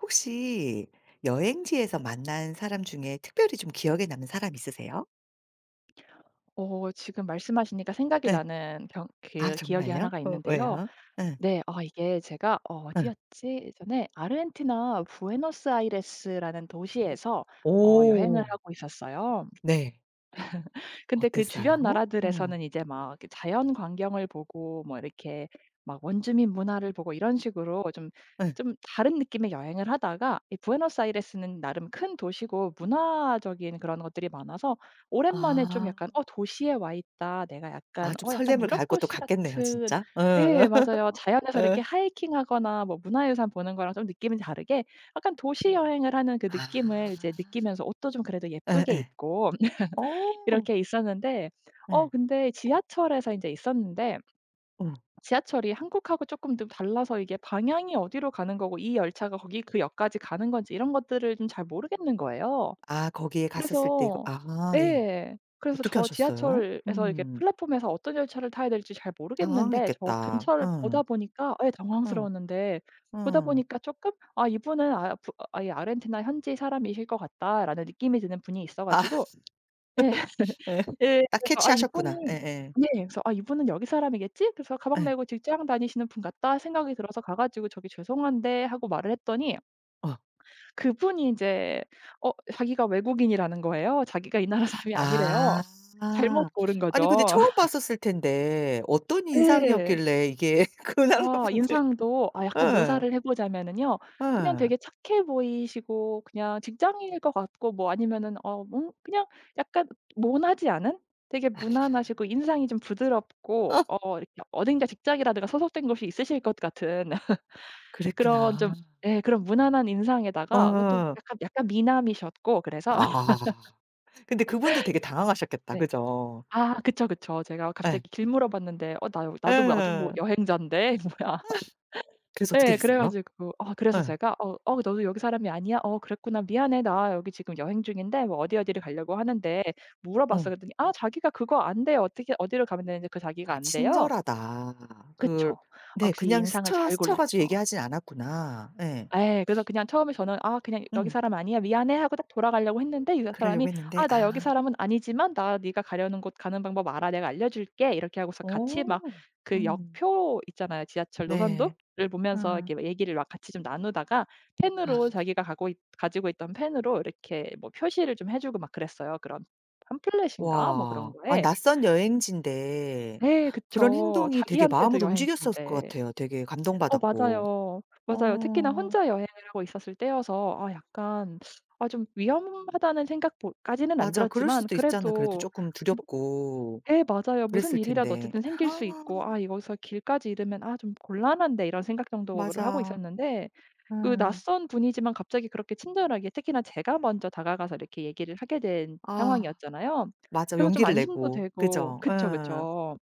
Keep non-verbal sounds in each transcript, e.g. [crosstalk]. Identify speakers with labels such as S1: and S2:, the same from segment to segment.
S1: 혹시 여행지에서 만난 사람 중에 특별히 좀 기억에 남는 사람 있으세요?
S2: 지금 말씀하시니까 생각이
S1: 예.
S2: 나는 경
S1: 아
S2: 그 기억이
S1: 정말요?
S2: 하나가
S1: 어
S2: 있는데요.
S1: 왜요? 예.
S2: 네. 이게 제가
S1: 예.
S2: 어디였지? 예전에 아르헨티나 부에노스아이레스라는 도시에서 여행을
S1: 오.
S2: 하고 있었어요.
S1: 네.
S2: 근데 그 주변
S1: 어땠어요? 어.
S2: 나라들에서는 이제 막 이렇게 자연 광경을 보고 뭐 이렇게 막 원주민 문화를 보고 이런 식으로 좀
S1: 예.
S2: 좀 다른 느낌의 여행을 하다가 이 부에노스아이레스는 나름 큰 도시고 문화적인 그런 것들이 많아서 오랜만에 좀
S1: 아.
S2: 약간 '어 도시에 와 있다.' 내가 약간
S1: 아 좀
S2: 어 약간
S1: 설렘을
S2: 유럽
S1: 가할 것도
S2: 도시
S1: 같겠네요
S2: 같은
S1: 진짜. 어.
S2: 예
S1: [laughs]
S2: 맞아요. 자연에서 이렇게
S1: 예.
S2: 하이킹하거나 뭐 문화유산 보는 거랑 좀 느낌이 다르게 약간 도시 여행을 하는 그 느낌을 이제
S1: 아.
S2: 느끼면서 옷도 좀 그래도 예쁘게
S1: 예예.
S2: 입고
S1: 어.
S2: 이렇게 있었는데
S1: 예.
S2: 근데 지하철에서 인제 있었는데
S1: 어.
S2: 지하철이 한국하고 쪼끔 좀 달라서 이게 방향이 어디로 가는 거고 이 열차가 거기 그 역까지 가는 건지 이런 것들을 좀 잘 모르겠는 거예요.
S1: 아 거기에 갔었을 때 이거
S2: 그래서
S1: 아 예.
S2: 예. 그래서
S1: 어떻게
S2: 저
S1: 하셨어요?
S2: 지하철에서 이렇게
S1: 음.
S2: 플랫폼에서 어떤 열차를 타야 될지 잘 모르겠는데 저
S1: 당황했겠다.
S2: 근처를
S1: 어.
S2: 보다 보니까 예
S1: 어.
S2: 당황스러웠는데 보다
S1: 어.
S2: 보니까 쪼끔 '아 이분은 아 부 아 이 아르헨티나 현지 사람이실 것 같다.'라는 느낌이 드는 분이 있어
S1: 아.
S2: 가지고 예
S1: 예.
S2: 예.
S1: 딱
S2: 그래서 '아
S1: 캐치하셨구나.
S2: 이분이'
S1: 예예. 예.
S2: 네. 그래서 '아 이분은 여기 사람이겠지?' 그래서 '가방
S1: 예.
S2: 메고 직장 다니시는 분 같다.' 생각이 들어서 가 가지고 "저기 죄송한데." 하고 말을 했더니
S1: 어.
S2: 그분이 인제 자기가 외국인이라는 거예요. 자기가 이 나라 사람이 아니래요.
S1: 아.
S2: 잘못 고른
S1: 아니 근데
S2: 거죠.
S1: 처음 봤었을 텐데 어떤
S2: 예.
S1: 인상이었길래 이게 [laughs] 그 나라 분들
S2: 인상도 약간
S1: 예.
S2: 묘사를 해 보자면은요. 그냥
S1: 예.
S2: 되게 착해 보이시고 그냥 직장인일 것 같고 뭐 아니면은 뭐 그냥 약간 모나지 않은 되게 무난하시고 인상이 좀 부드럽고
S1: 어
S2: 이렇게 어딘가 직장이라든가 소속된 곳이 있으실 것 같은 [laughs] 그런 좀
S1: 그랬구나.
S2: 예 그런 무난한 인상에다가 또
S1: 어.
S2: 약간 약간 미남이셨고 그래서 [laughs]
S1: 아. 근데 그분도 되게 당황하셨겠다.
S2: 네.
S1: 그죠?
S2: 그쵸, 그쵸. 제가
S1: 예.
S2: 갑자기 길 물어봤는데 "어 나 나도 뭐- 나도 뭐
S1: 예.
S2: 여행자인데." [laughs] 뭐야.
S1: 그래서 어떻게
S2: 예. 그래
S1: 됐어요?
S2: 가지고 그래서
S1: 예.
S2: 제가 "어 어 너도 여기 사람이 아니야? 어 그랬구나. 미안해. 나 여기 지금 여행 중인데 뭐 어디 어디를 가려고 하는데." 물어봤어.
S1: 어.
S2: 그랬더니 "아 자기가 그거 안 돼요 어떻게 어디로 가면 되는데." 그 자기가
S1: 아
S2: 안돼요
S1: 친절하다. 그걸
S2: 그쵸.
S1: 네
S2: 역시
S1: 그냥
S2: 인상을
S1: 스쳐
S2: 잘
S1: 스쳐 가지고
S2: 골랐죠.
S1: 얘기하진 않았구나. 예.
S2: 예. 그래서 그냥 처음에 저는 '아 그냥 여기
S1: 음.
S2: 사람 아니야. 미안해.' 하고 딱 돌아가려고 했는데 이 사람이
S1: 그러려고 했는데
S2: "아 나 여기
S1: 아.
S2: 사람은 아니지만 나 네가 가려는 곳 가는 방법 알아. 내가 알려줄게." 이렇게 하고서 같이 막
S1: 오,
S2: 그
S1: 음.
S2: 역표 있잖아요. 지하철
S1: 네.
S2: 노선도를 보면서 이렇게
S1: 음.
S2: 막 얘기를 막 같이 좀 나누다가
S1: 아.
S2: 펜으로 자기가 가고 있 가지고 있던 펜으로 이렇게 뭐 표시를 좀 해 주고 막 그랬어요. 그런 팜플렛인가 뭐 그런
S1: 와. 아니
S2: 거에
S1: 낯선 여행지인데
S2: 예
S1: 그런
S2: 그쵸.
S1: 행동이 되게
S2: 자기한테도
S1: 마음을 움직였었을 것
S2: 여행지인데.
S1: 같아요 되게 감동받았고.
S2: 맞아요. 맞아요. 특히나
S1: 어.
S2: 혼자 여행을 하고 있었을 때여서 약간 좀 위험하다는 생각 까지는 안
S1: 맞아. 그럴
S2: 들었지만
S1: 수도 있잖아 그래도
S2: 그래도
S1: 쪼끔
S2: 뭐
S1: 두렵고
S2: 예 맞아요. 무슨
S1: 그랬을
S2: 일이라도
S1: 텐데.
S2: 어쨌든 생길
S1: 아
S2: 수 있고 '아 여기서 길까지 잃으면 아 좀 곤란한데.' 이런 생각 정도를 하고
S1: 맞아.
S2: 있었는데 그
S1: 음.
S2: 낯선 분이지만 갑자기 그렇게 친절하게 특히나 제가 먼저 다가가서 이렇게 얘기를 하게 된
S1: 아
S2: 상황이었잖아요.
S1: 맞아.
S2: 그래서 좀
S1: 용기를
S2: 안심도
S1: 내고.
S2: 되고
S1: 그죠? 예.
S2: 그쵸, 그쵸.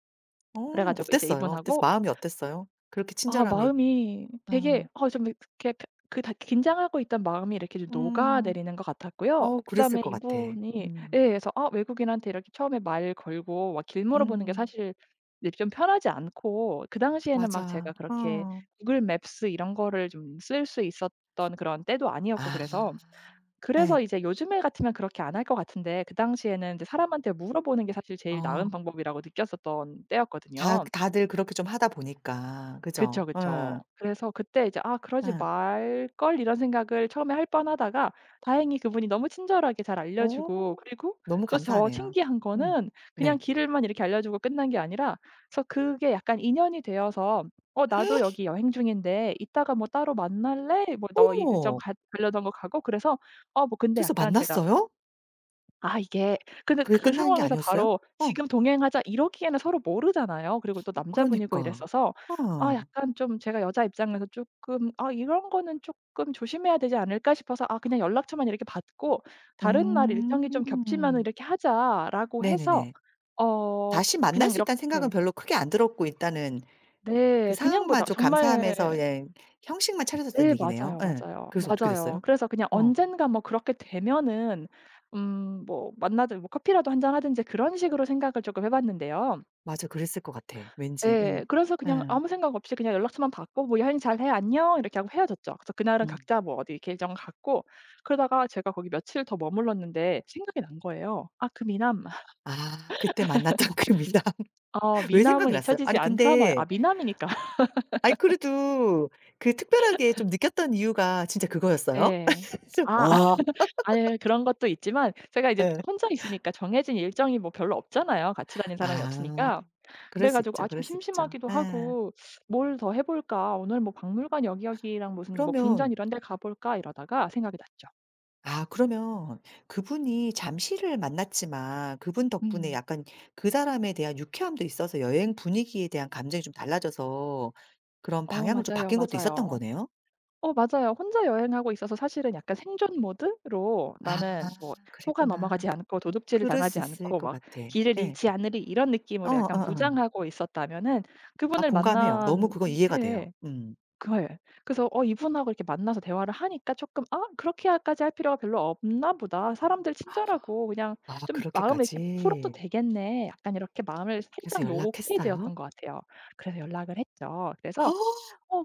S2: 그래
S1: 어
S2: 가지고 이제
S1: 어땠어요? 어땠어
S2: 이분하고
S1: 마음이 어땠어요? 그렇게 친절함이
S2: 마음이 되게
S1: 어.
S2: 좀 이렇게 그 다 긴장하고 있던 마음이 이렇게 좀
S1: 음.
S2: 녹아내리는 것 같았고요.
S1: 어 그랬을
S2: 그다음에
S1: 것 같아.
S2: 이분이 예
S1: 음.
S2: 그래서 외국인한테 이렇게 처음에 말 걸고 막 길 물어보는 게
S1: 음.
S2: 사실 이제 좀 편하지 않고 그 당시에는 막 제가
S1: 맞아.
S2: 그렇게
S1: 어.
S2: 구글 맵스 이런 거를 좀 쓸 수 있었던 그런 때도 아니었고
S1: 아.
S2: 그래서
S1: 예.
S2: 그래서 이제 요즘에 같으면 그렇게 안 할 것 같은데 그 당시에는 이제 사람한테 물어보는 게 사실 제일
S1: 어.
S2: 나은 방법이라고 느꼈었던
S1: 다
S2: 때였거든요.
S1: 다들 그렇게 좀 하다 보니까. 그죠?
S2: 그쵸, 그쵸.
S1: 예.
S2: 그래서 그때 이제 '아 그러지
S1: 예.
S2: 말걸.' 이런 생각을 처음에 할 뻔하다가 다행히 그분이 너무 친절하게 잘 알려 주고
S1: 어.
S2: 그리고
S1: 너무
S2: 또 저
S1: 감사하네요.
S2: 신기한
S1: 음.
S2: 거는 그냥
S1: 네.
S2: 길을만 이렇게 알려 주고 끝난 게 아니라 그래서 그게 약간 인연이 되어서 "어 나도 여기
S1: [gasps]
S2: 여행 중인데 이따가 뭐 따로 만날래? 뭐 너 일정
S1: 어머.
S2: 가 알려던 거 가고." 그래서 뭐 근데
S1: 그래서
S2: 약간 제가
S1: 만났어요?
S2: 이게 근데
S1: 그게
S2: 그
S1: 끝나는 게
S2: 상황에서
S1: 아니었어요?
S2: 바로
S1: 어.
S2: "지금 동행하자." 이러기에는 서로 모르잖아요. 그리고 또
S1: 어
S2: 남자분이고
S1: 그러니까.
S2: 이랬어서
S1: 어.
S2: 약간 좀 제가 여자 입장에서 쪼끔 '아 이런 거는 쪼끔 조심해야 되지 않을까?' 싶어서 아 그냥 연락처만 이렇게 받고 "다른 날 일정이 좀 겹치면은
S1: 음.
S2: 이렇게 하자."라고 해서
S1: 네네네.
S2: 어
S1: 다시 만날
S2: 그냥
S1: 수
S2: 이렇게
S1: 있다는 생각은 별로 크게 안 들었고 일단은 그
S2: 네. 그냥 보다
S1: 상황만 좀
S2: 정말
S1: 감사하면서 예 형식만 차려졌다는
S2: 네.
S1: 얘기네요.
S2: 맞아요,
S1: 예.
S2: 맞아요.
S1: 그래서 어떻게
S2: 맞아요.
S1: 됐어요?
S2: 그래서 그냥
S1: 어.
S2: 언젠가 뭐 그렇게 되면은 뭐 만나든 뭐 커피라도 한 잔 하든지 그런 식으로 생각을 조금 해 봤는데요.
S1: 맞아. 그랬을 것 같아. 왠지. 예.
S2: 예. 그래서 그냥
S1: 예.
S2: 아무 생각 없이 그냥 연락처만 받고 뭐 "여행 잘해. 안녕." 이렇게 하고 헤어졌죠. 그래서 그날은
S1: 음.
S2: 각자 뭐 어디 계정 갔고 그러다가 제가 거기 며칠 더 머물렀는데 생각이 난 거예요. '아 그 미남. [laughs]
S1: 아 그때 만났던 [laughs] 그 미남.
S2: 어
S1: 왜 생각이
S2: 미남은
S1: 났어요.
S2: 잊혀지지
S1: 아니
S2: 않잖아요.' 아
S1: 근데
S2: 미남이니까. [laughs]
S1: 아니 그래도 그 특별하게 좀 느꼈던 이유가 진짜 그거였어요?
S2: 예.
S1: [laughs] 좀
S2: 아
S1: 와.
S2: 아예 그런 것도 있지만 제가 이제
S1: 예.
S2: 혼자 있으니까 정해진 일정이 뭐 별로 없잖아요, 같이 다닌 사람이
S1: 아
S2: 없으니까.
S1: 그럴
S2: 그래
S1: 수
S2: 가지고
S1: 있죠,
S2: 좀
S1: 그럴 수 있죠.
S2: 심심하기도
S1: 예.
S2: 하고 '뭘 더 해 볼까? 오늘 뭐 박물관 여기 여기랑 무슨 뭐 궁전
S1: 그러면
S2: 이런 데 가 볼까?' 이러다가 생각이 났죠.
S1: 아 그러면 그분이 잠시를 만났지만 그분 덕분에
S2: 음.
S1: 약간 그 사람에 대한 유쾌함도 있어서 여행 분위기에 대한 감정이 좀 달라져서 그런 방향을 좀
S2: 맞아요,
S1: 바뀐 것도 있었던
S2: 맞아요.
S1: 거네요?
S2: 맞아요. 혼자 여행하고 있어서 사실은 약간 생존 모드로
S1: 아
S2: '나는 뭐 속아
S1: 그랬구나.
S2: 넘어가지 않고 도둑질을
S1: 그럴
S2: 당하지
S1: 수 있을
S2: 않고
S1: 것
S2: 막
S1: 같아.
S2: 길을
S1: 예.
S2: 잃지 않으리.' 이런
S1: 어
S2: 느낌으로 약간
S1: 어어.
S2: 무장하고 있었다면은
S1: 아
S2: 그분을
S1: 공감해요. 너무
S2: 만난
S1: 그건 이해가 돼요.
S2: 해에
S1: 음.
S2: 그 예. 그래서 이분하고 이렇게 만나서 대화를 하니까 쪼끔 '아 그렇게까지 할 필요가 별로 없나 보다. 사람들 친절하고 그냥
S1: 아
S2: 좀 마음을 이렇게 풀어도
S1: 그렇게까지.
S2: 되겠네.' 약간 이렇게 마음을
S1: 그래서
S2: 살짝 놓게
S1: 연락했어요?
S2: 되었던 것 같아요. 그래서 연락을 했죠.
S1: [gasps]
S2: 그래서
S1: 어?
S2: 어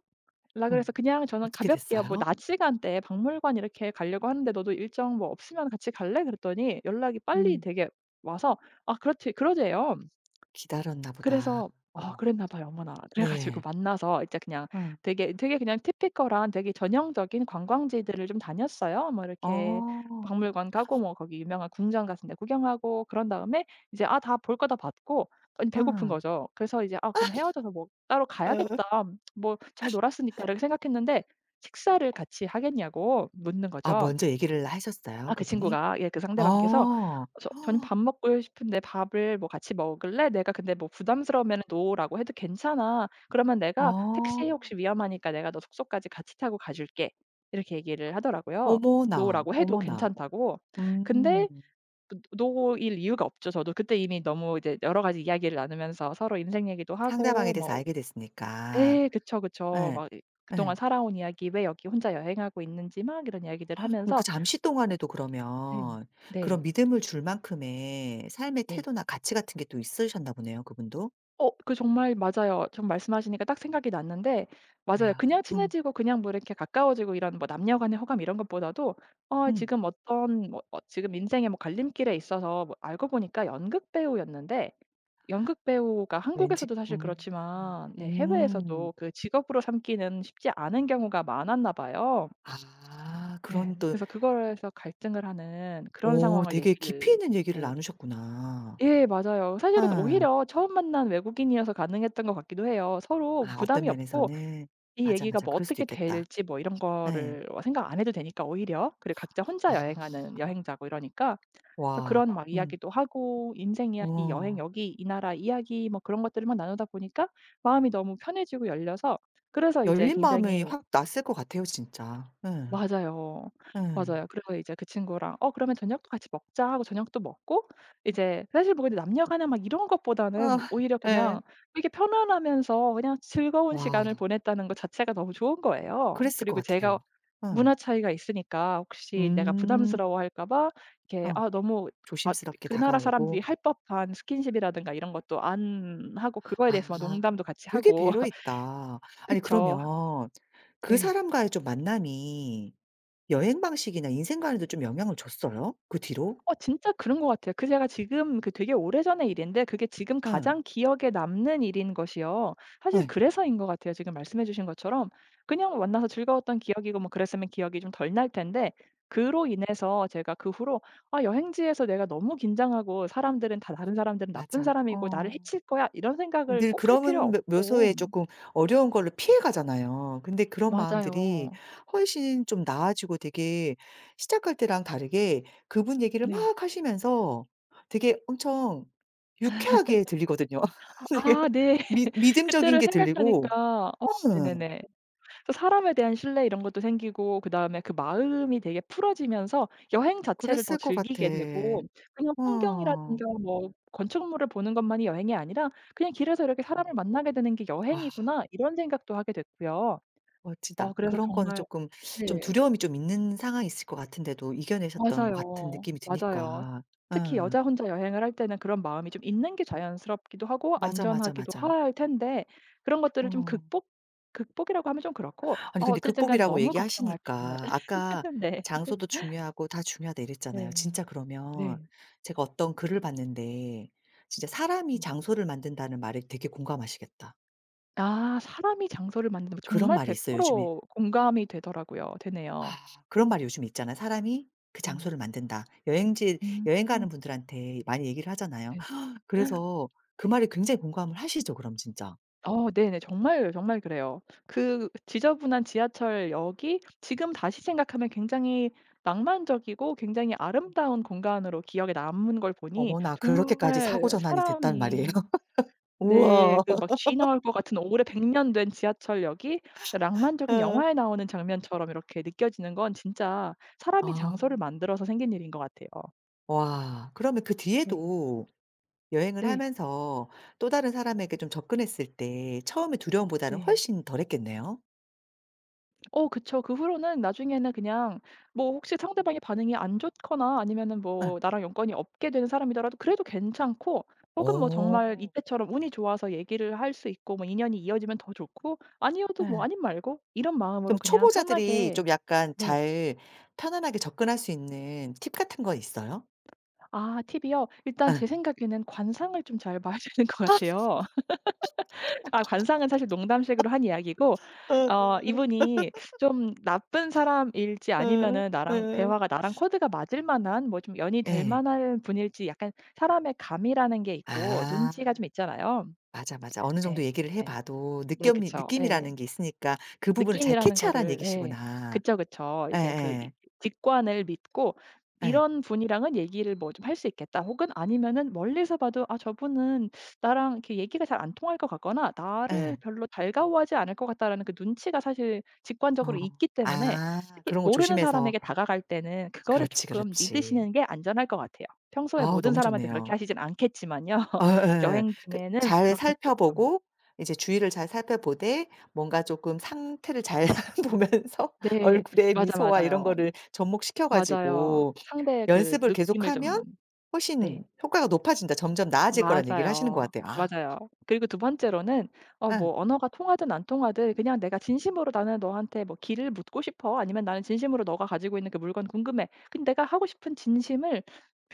S2: 연락을
S1: 음.
S2: 해서 그냥 저는
S1: 어떻게
S2: 가볍게 뭐
S1: 됐어요?
S2: 낮 시간대에 박물관 이렇게 가려고 하는데 "너도 일정 뭐 없으면 같이 갈래?" 그랬더니 연락이 빨리
S1: 음.
S2: 되게 와서 "아 그렇지." 그러재요.
S1: 기다렸나 보다.
S2: 그래서
S1: 어머.
S2: 그랬나 봐요 어머나. [laughs] 그래 가지고
S1: 네.
S2: 만나서 이제 그냥
S1: 응.
S2: 되게 되게 그냥 티피컬한 되게 전형적인 관광지들을 좀 다녔어요. 뭐 이렇게
S1: 어.
S2: 박물관 가고 뭐 거기 유명한 궁전 같은 데 구경하고 그런 다음에 이제 아 다 볼 거 다 봤고 아니 배고픈
S1: 응.
S2: 거죠. 그래서 이제 '아 그럼 헤어져서 뭐 따로
S1: 어.
S2: 가야겠다. 뭐 잘 놀았으니까.' 이렇게 생각했는데 식사를 같이 하겠냐고 묻는
S1: 아
S2: 거죠.
S1: 먼저 얘기를 하셨어요?
S2: 그
S1: 그분이?
S2: 친구가 예 그 상대방께서
S1: 어.
S2: 저 "저는 밥
S1: [gasps]
S2: 먹고 싶은데 밥을 뭐 같이 먹을래?" 내가 근데 뭐 부담스러우면은 "No." 라고 해도 "괜찮아. 그러면 내가
S1: 어.
S2: 택시 혹시 위험하니까 내가 너 숙소까지 같이 타고 가 줄게." 이렇게 얘기를 하더라고요. 노
S1: 어머나,
S2: 라고 해도
S1: 어머나.
S2: 괜찮다고. 근데
S1: 음.
S2: 그 No 일 이유가 없죠. 저도 그때 이미 너무 이제 여러 가지 이야기를 나누면서 서로 인생 얘기도
S1: 상대방에
S2: 하고
S1: 대해서
S2: 뭐
S1: 알게 됐으니까.
S2: 예 그쵸, 그쵸.
S1: 예.
S2: 막 이 그동안
S1: 예.
S2: 살아온 이야기 왜 여기 혼자 여행하고 있는지 막 이런 이야기들
S1: 그럼 그
S2: 하면서
S1: 잠시 동안에도
S2: 네.
S1: 그러면
S2: 네.
S1: 그런 믿음을 줄 만큼의 삶의
S2: 네.
S1: 태도나 가치 같은 게 또 있으셨나 보네요, 그분도.
S2: 그 정말 맞아요. 지금 말씀하시니까 딱 생각이 났는데 맞아요.
S1: 왜요?
S2: 그냥
S1: 음.
S2: 친해지고 그냥 뭐 이렇게 가까워지고 이런 뭐 남녀 간의 호감 이런 것보다도
S1: 음.
S2: 지금 어떤 뭐 지금 인생의 뭐 갈림길에 있어서 뭐 알고 보니까 연극 배우였는데 연극 배우가
S1: 왠지
S2: 한국에서도 사실 그렇지만 예
S1: 음.
S2: 해외에서도 그 직업으로 삼기는 쉽지 않은 경우가 많았나 봐요.
S1: 아
S2: 예.
S1: 그런 또
S2: 그래서 그거에서 갈등을 하는 그런
S1: 어
S2: 상황을
S1: 되게 깊이
S2: 얘기를
S1: 있는 얘기를
S2: 네.
S1: 나누셨구나.
S2: 예 맞아요.
S1: 예.
S2: 사실은 오히려 처음 만난 외국인이어서 가능했던 것 같기도 해요. 서로
S1: 아 어떤
S2: 부담이 없고
S1: 면에서는
S2: 이
S1: 맞아,
S2: 얘기가
S1: 맞아.
S2: 뭐
S1: 그럴 수도
S2: 어떻게
S1: 있겠다.
S2: 될지 뭐 이런
S1: 예.
S2: 거를 생각 안 해도 되니까 오히려. 그리고 각자 혼자
S1: 아.
S2: 여행하는 여행자고 이러니까 그래서
S1: 와.
S2: 그런 막
S1: 음.
S2: 이야기도 하고 인생 이야기, 여행
S1: 어.
S2: 여기 이 나라 이야기 뭐 그런 것들만 나누다 보니까 마음이 너무 편해지고 열려서 그래서 이제
S1: 열린 마음이
S2: 굉장히
S1: 확 났을 것 같아요, 진짜. 예.
S2: 맞아요.
S1: 예.
S2: 맞아요. 그래서 이제 그 친구랑 "어 그러면 저녁도 같이 먹자." 하고 저녁도 먹고 이제 사실 뭐 근데 남녀 간에 막 이런
S1: 아
S2: 것보다는 오히려
S1: 예.
S2: 그냥 되게 편안하면서 그냥 즐거운
S1: 와
S2: 시간을 보냈다는 것 자체가 너무 좋은 거예요.
S1: 그랬을 것
S2: 그리고 제가
S1: 같아요. 어.
S2: 문화 차이가 있으니까 혹시 내가
S1: 음.
S2: 부담스러워할까 봐 이렇게
S1: 어.
S2: 아 너무 아
S1: 조심스럽게
S2: 그 나라
S1: 다가오고
S2: 사람들이 할 법한 스킨십이라든가 이런 것도 안 하고 그거에
S1: 아
S2: 대해서 막 농담도 같이
S1: 되게
S2: 하고.
S1: 배려
S2: [laughs]
S1: 있다. 아니
S2: 그쵸.
S1: 그러면
S2: 네.
S1: 그
S2: 예.
S1: 사람과의 좀 만남이 여행 방식이나 인생관에도 좀 영향을 줬어요? 그 뒤로?
S2: 진짜 그런 것 같아요. 그 제가 지금 그 되게 오래전의 일인데 그게 지금
S1: 예.
S2: 가장 기억에 남는 일인 것이요. 사실
S1: 예.
S2: 그래서인 것 같아요. 지금 말씀해 주신 것처럼 그냥 만나서 즐거웠던 기억이고 뭐 그랬으면 기억이 좀 덜 날 텐데 그로 인해서 제가 그 후로 '아 여행지에서 내가 너무 긴장하고 사람들은 다 다른 사람들은 나쁜
S1: 맞아.
S2: 사람이고 나를
S1: 어.
S2: 해칠 거야.' 이런 생각을
S1: 늘
S2: 꼭 할 필요
S1: 그런 묘
S2: 없고
S1: 묘소에 조금 어려운 걸로 피해 가잖아요. 근데 그런 마음들이
S2: 맞아요.
S1: 훨씬 좀 나아지고 되게 시작할 때랑 다르게 그분 얘기를
S2: 네.
S1: 막 하시면서 되게 엄청 유쾌하게 들리거든요. [laughs] 되게
S2: 네.
S1: 미
S2: [laughs]
S1: 믿음적인
S2: 그때를
S1: 게 들리고
S2: 생각하니까
S1: 음,
S2: 네네네. 또 사람에 대한 신뢰 이런 것도 생기고 그다음에 그 마음이 되게 풀어지면서 여행 자체를 더
S1: 그랬을 것 같아.
S2: 즐기게 되고 그냥
S1: 어.
S2: 풍경이라든가 뭐 건축물을 보는 것만이 여행이 아니라 '그냥 길에서 이렇게 사람을 만나게 되는 게
S1: 아
S2: 여행이구나.' 이런 생각도 하게 됐고요.
S1: 멋지다.
S2: 그래서
S1: 그런 거는
S2: 정말
S1: 조금 좀
S2: 네.
S1: 두려움이 좀 있는 상황이 있을 것 같은데도 이겨내셨던 것 같은
S2: 맞아요.
S1: 느낌이
S2: 맞아요.
S1: 드니까.
S2: 특히
S1: 응
S2: 여자 혼자 여행을 할 때는 그런 마음이 좀 있는 게 자연스럽기도 하고
S1: 맞아, 맞아,
S2: 안전하기도
S1: 맞아.
S2: 할 텐데 그런 것들을 좀
S1: 어.
S2: 극복 극복이라고 하면 좀 그렇고
S1: 아니 근데
S2: 어쨌든 간에
S1: 극복이라고
S2: 너무 걱정할 필요는
S1: 얘기하시니까 아까
S2: [laughs] 네.
S1: 장소도 중요하고 다 중요하다 이랬잖아요.
S2: 네.
S1: 진짜 그러면
S2: 네.
S1: 제가 어떤 글을 봤는데 진짜 "사람이
S2: 음.
S1: 장소를 만든다."는 말에 되게 공감하시겠다.
S2: 사람이 장소를 만든다.
S1: 그런
S2: 정말
S1: 말이 있어요 요즘에.
S2: 100% 공감이 되더라고요. 되네요.
S1: 아 그런 말이 요즘에 있잖아요. "사람이 그
S2: 음.
S1: 장소를 만든다." 여행지
S2: 음.
S1: 여행 가는 분들한테 많이 얘기를 하잖아요.
S2: 네.
S1: [gasps] 그래서 그 말에 굉장히 공감을 하시죠 그럼 진짜?
S2: 네네. 정말, 정말 그래요. 그 지저분한 지하철역이 지금 다시 생각하면 굉장히 낭만적이고 굉장히 아름다운 공간으로 기억에 남은 걸 보니
S1: 어머나 그렇게까지
S2: 정말
S1: 사고전환이 됐단 말이에요.
S2: 사람이
S1: [laughs]
S2: 네.
S1: 우와.
S2: 그 막 쥐 나올 것 같은 오래 100년 된 지하철역이 낭만적인
S1: 예.
S2: 영화에 나오는 장면처럼 이렇게 느껴지는 건 진짜 사람이 장소를
S1: 아.
S2: 만들어서 생긴 일인 것 같아요.
S1: 와. 그러면 그
S2: 네.
S1: 뒤에도 여행을
S2: 네.
S1: 하면서 또 다른 사람에게 좀 접근했을 때 처음에 두려움보다는
S2: 네.
S1: 훨씬 덜했겠네요.
S2: 그쵸. 그 후로는 나중에는 그냥 뭐 혹시 상대방의 반응이 안 좋거나 아니면은
S1: 응.
S2: 뭐 나랑 연관이 없게 되는 사람이더라도 그래도 괜찮고 혹은 뭐 정말
S1: 어.
S2: 이때처럼 운이 좋아서 얘기를 할 수 있고 뭐 인연이 이어지면 더 좋고 아니어도 뭐
S1: 예.
S2: 아님 말고 이런 마음으로
S1: 좀
S2: 그냥
S1: 초보자들이
S2: 편하게
S1: 좀 약간
S2: 네.
S1: 잘 편안하게 접근할 수 있는 팁 같은 거 있어요?
S2: 팁이요? 일단
S1: 응.
S2: 제 생각에는 관상을 좀 잘 봐야 [laughs] 되는 것 같아요. [laughs] 관상은 사실 농담식으로 한 이야기고
S1: 어어
S2: 이분이 좀 나쁜 사람일지
S1: 어
S2: 아니면은 나랑
S1: 어.
S2: 대화가 나랑 코드가 맞을 만한 뭐 좀 연이 될
S1: 예.
S2: 만한 분일지 약간 사람의 감이라는 게 있고
S1: 아.
S2: 눈치가 좀 있잖아요.
S1: 맞아, 맞아. 어느
S2: 예.
S1: 정도 얘기를 해
S2: 예.
S1: 봐도
S2: 네
S1: 느겸이
S2: 그쵸. 예.
S1: 느낌이라는 게 있으니까 그 부분을 잘
S2: 느낌이라는
S1: 캐치하라는
S2: 거를 예.
S1: 얘기시구나.
S2: 그쵸, 그쵸. 이제 그 이
S1: 예예.
S2: 직관을 믿고
S1: 예. 예.
S2: '이런 분이랑은 얘기를 뭐 좀 할 수 있겠다.' 혹은 아니면은 멀리서 봐도 '아 저분은 나랑 이렇게 얘기가 잘 안 통할 것 같거나 나를
S1: 예.
S2: 별로 달가워하지 않을 것 같다.'라는 그 눈치가 사실 직관적으로
S1: 어.
S2: 있기 때문에
S1: 아
S2: 특히
S1: 그런 거
S2: 모르는
S1: 조심해서.
S2: 사람에게 다가갈 때는 그거를
S1: 그렇지,
S2: 쪼끔
S1: 그렇지.
S2: 믿으시는 게 안전할 것 같아요. 평소에
S1: 아
S2: 모든
S1: 너무
S2: 사람한테 그렇게
S1: 좋네요.
S2: 하시진 않겠지만요. [laughs]
S1: 어 예예.
S2: 여행
S1: 그
S2: 중에는
S1: 잘
S2: 그렇게 쪼끔
S1: 살펴보고 이제 주위를 잘 살펴보되 뭔가 쪼끔 상태를 잘 [laughs] 보면서
S2: 네.
S1: 얼굴에
S2: 맞아,
S1: 미소와 이런
S2: 맞아요.
S1: 거를 접목시켜
S2: 맞아요.
S1: 가지고
S2: 상대의 그
S1: 연습을
S2: 느낌을 좀
S1: 계속하면 훨씬
S2: 네.
S1: 효과가 높아진다 점점 나아질 거란 얘기를 하시는 것
S2: 맞아요.
S1: 같아요. 아
S2: 맞아요. 그리고 두 번째로는
S1: 예.
S2: 뭐 언어가 통하든 안 통하든 그냥 내가 진심으로 "나는 너한테 뭐 길을 묻고 싶어." 아니면 "나는 진심으로 너가 가지고 있는 그 물건 궁금해." 그 내가 하고 싶은 진심을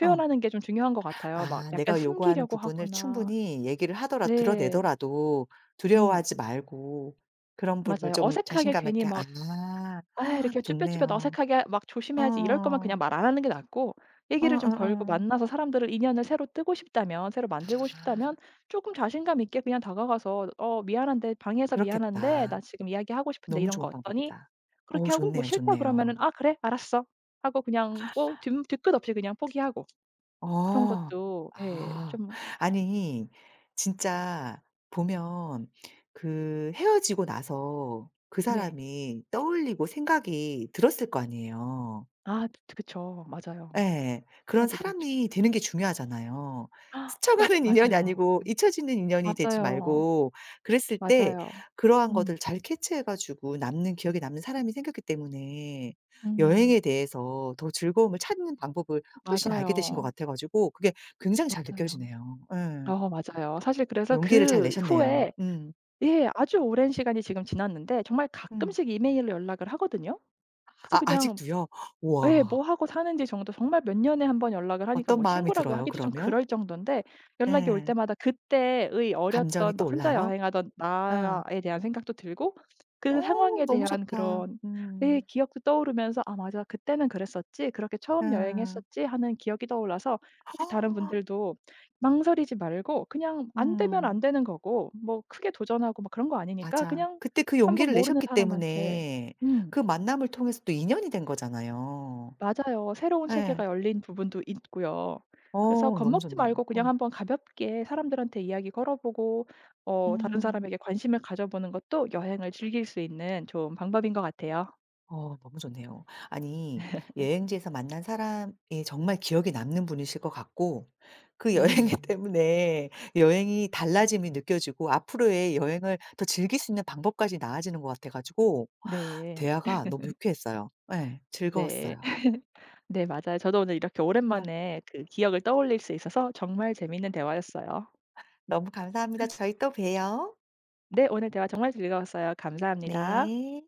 S1: 어.
S2: 게 좀 중요한 것 같아요. 막
S1: 아
S2: 약간
S1: 내가 요구하는
S2: 숨기려고
S1: 부분을
S2: 하거나
S1: 충분히 얘기를 하더라
S2: 네.
S1: 드러내더라도
S2: 음.
S1: 두려워하지 말고 그런 부분을
S2: 맞아요.
S1: 좀
S2: 어색하게
S1: 자신감
S2: 괜히
S1: 있게
S2: 막
S1: 아 [gasps]
S2: 이렇게 쭈뼛쭈뼛
S1: 좋네요.
S2: 어색하게 막 조심해야지 이럴 거면 그냥
S1: 어.
S2: 말 안 하는 게 낫고 얘기를 좀 걸고
S1: 어어어.
S2: 만나서 사람들을 인연을 새로 뜨고 싶다면 새로 만들고 싶다면
S1: 아
S2: 조금 자신감 있게 그냥 다가가서 "어 미안한데 방해해서 미안한데 나
S1: 그렇겠다.
S2: 지금 이야기하고 싶은데
S1: 너무
S2: 이런 거
S1: 좋은
S2: 어떠니?"
S1: 방법이다.
S2: 그렇게
S1: 어우
S2: 하고 뭐
S1: 좋네요,
S2: "싫다." 그러면은
S1: 좋네요.
S2: "아 그래. 알았어." 하고 그냥 뭐 뒷 뒤끝 없이 그냥 포기하고 그런
S1: 어.
S2: 것도 예
S1: 아.
S2: 좀
S1: 아니 진짜 보면 그 헤어지고 나서 그
S2: 네.
S1: 사람이 떠올리고 생각이 들었을 거 아니에요.
S2: 아 그쵸. 맞아요.
S1: 예. 그런
S2: 생각이 들죠.
S1: 사람이 되는 게 중요하잖아요. 스쳐가는 인연이
S2: 맞아요.
S1: 아니고 잊혀지는 인연이 되지
S2: 맞아요.
S1: 말고 그랬을 때
S2: 맞아요.
S1: 그러한
S2: 음.
S1: 것들을 잘 캐치해 가지고 남는 기억에 남는 사람이 생겼기 때문에
S2: 음.
S1: 여행에 대해서 더 즐거움을 찾는 방법을 훨씬 알게 되신 것
S2: 맞아요.
S1: 같아 가지고 그게 굉장히 잘
S2: 맞아요.
S1: 느껴지네요. 예.
S2: 맞아요. 사실 그래서
S1: 용기를 잘
S2: 그
S1: 내셨네요.
S2: 후에
S1: 음.
S2: 예 아주 오랜 시간이 지금 지났는데 정말
S1: 음.
S2: 가끔씩 이메일로 연락을 하거든요. 그래서
S1: 아
S2: 그냥
S1: 아직도요?
S2: 예.
S1: 우와.
S2: 뭐 하고 사는지 정도 정말 몇 년에 한 번 연락을 하니까
S1: 어떤
S2: 뭐
S1: 마음이
S2: 친구라고
S1: 들어요
S2: 하기도 좀
S1: 그러면?
S2: 그럴 정도인데 연락이 올
S1: 예.
S2: 때마다 그때의
S1: 감정이
S2: 어렸던 나
S1: 또
S2: 혼자
S1: 올라요?
S2: 여행하던
S1: 어.
S2: 나에 대한 생각도 들고
S1: 어
S2: 그 상황에
S1: 너무
S2: 대한
S1: 좋다.
S2: 그런 예
S1: 음.
S2: 기억도 떠오르면서 '아 맞아. 그때는 그랬었지. 그렇게 처음
S1: 예.
S2: 여행했었지.' 하는 기억이 떠올라서 혹시 다른
S1: [gasps]
S2: 분들도 망설이지 말고 그냥 안 되면 안
S1: 음.
S2: 되는 거고 뭐 크게 도전하고 막 그런 거 아니니까
S1: 맞아.
S2: 그냥
S1: 그때 그
S2: 한번
S1: 용기를
S2: 모르는
S1: 내셨기
S2: 사람한테
S1: 때문에
S2: 음.
S1: 그 만남을 통해서 또 인연이 된 거잖아요.
S2: 맞아요. 새로운
S1: 예.
S2: 세계가 열린 부분도 있고요. 그래서
S1: 어 너무
S2: 겁먹지
S1: 좋네요.
S2: 말고 그냥
S1: 어.
S2: 한번 가볍게 사람들한테 이야기 걸어보고 다른
S1: 음.
S2: 사람에게 관심을 가져보는 것도 여행을 즐길 수 있는 좋은 방법인 것 같아요.
S1: 어 너무 좋네요. 아니 여행지에서 만난 사람이 정말 기억에 남는 분이실 것 같고 그 여행 [laughs]
S2: 네.
S1: 때문에 여행이 달라짐이 느껴지고 앞으로의 여행을 더 즐길 수 있는 방법까지 나아지는 것 같아 가지고
S2: 네.
S1: 대화가 너무 유쾌했어요. 네,
S2: 네.
S1: 즐거웠어요.
S2: [laughs] 네 맞아요. 저도 오늘 이렇게
S1: 네,
S2: 오랜만에 그 기억을 떠올릴 수 있어서 정말 재미있는 대화였어요.
S1: 너무 감사합니다. 저희 또 봬요.
S2: 네 오늘 대화 정말 즐거웠어요. 감사합니다.
S1: 네.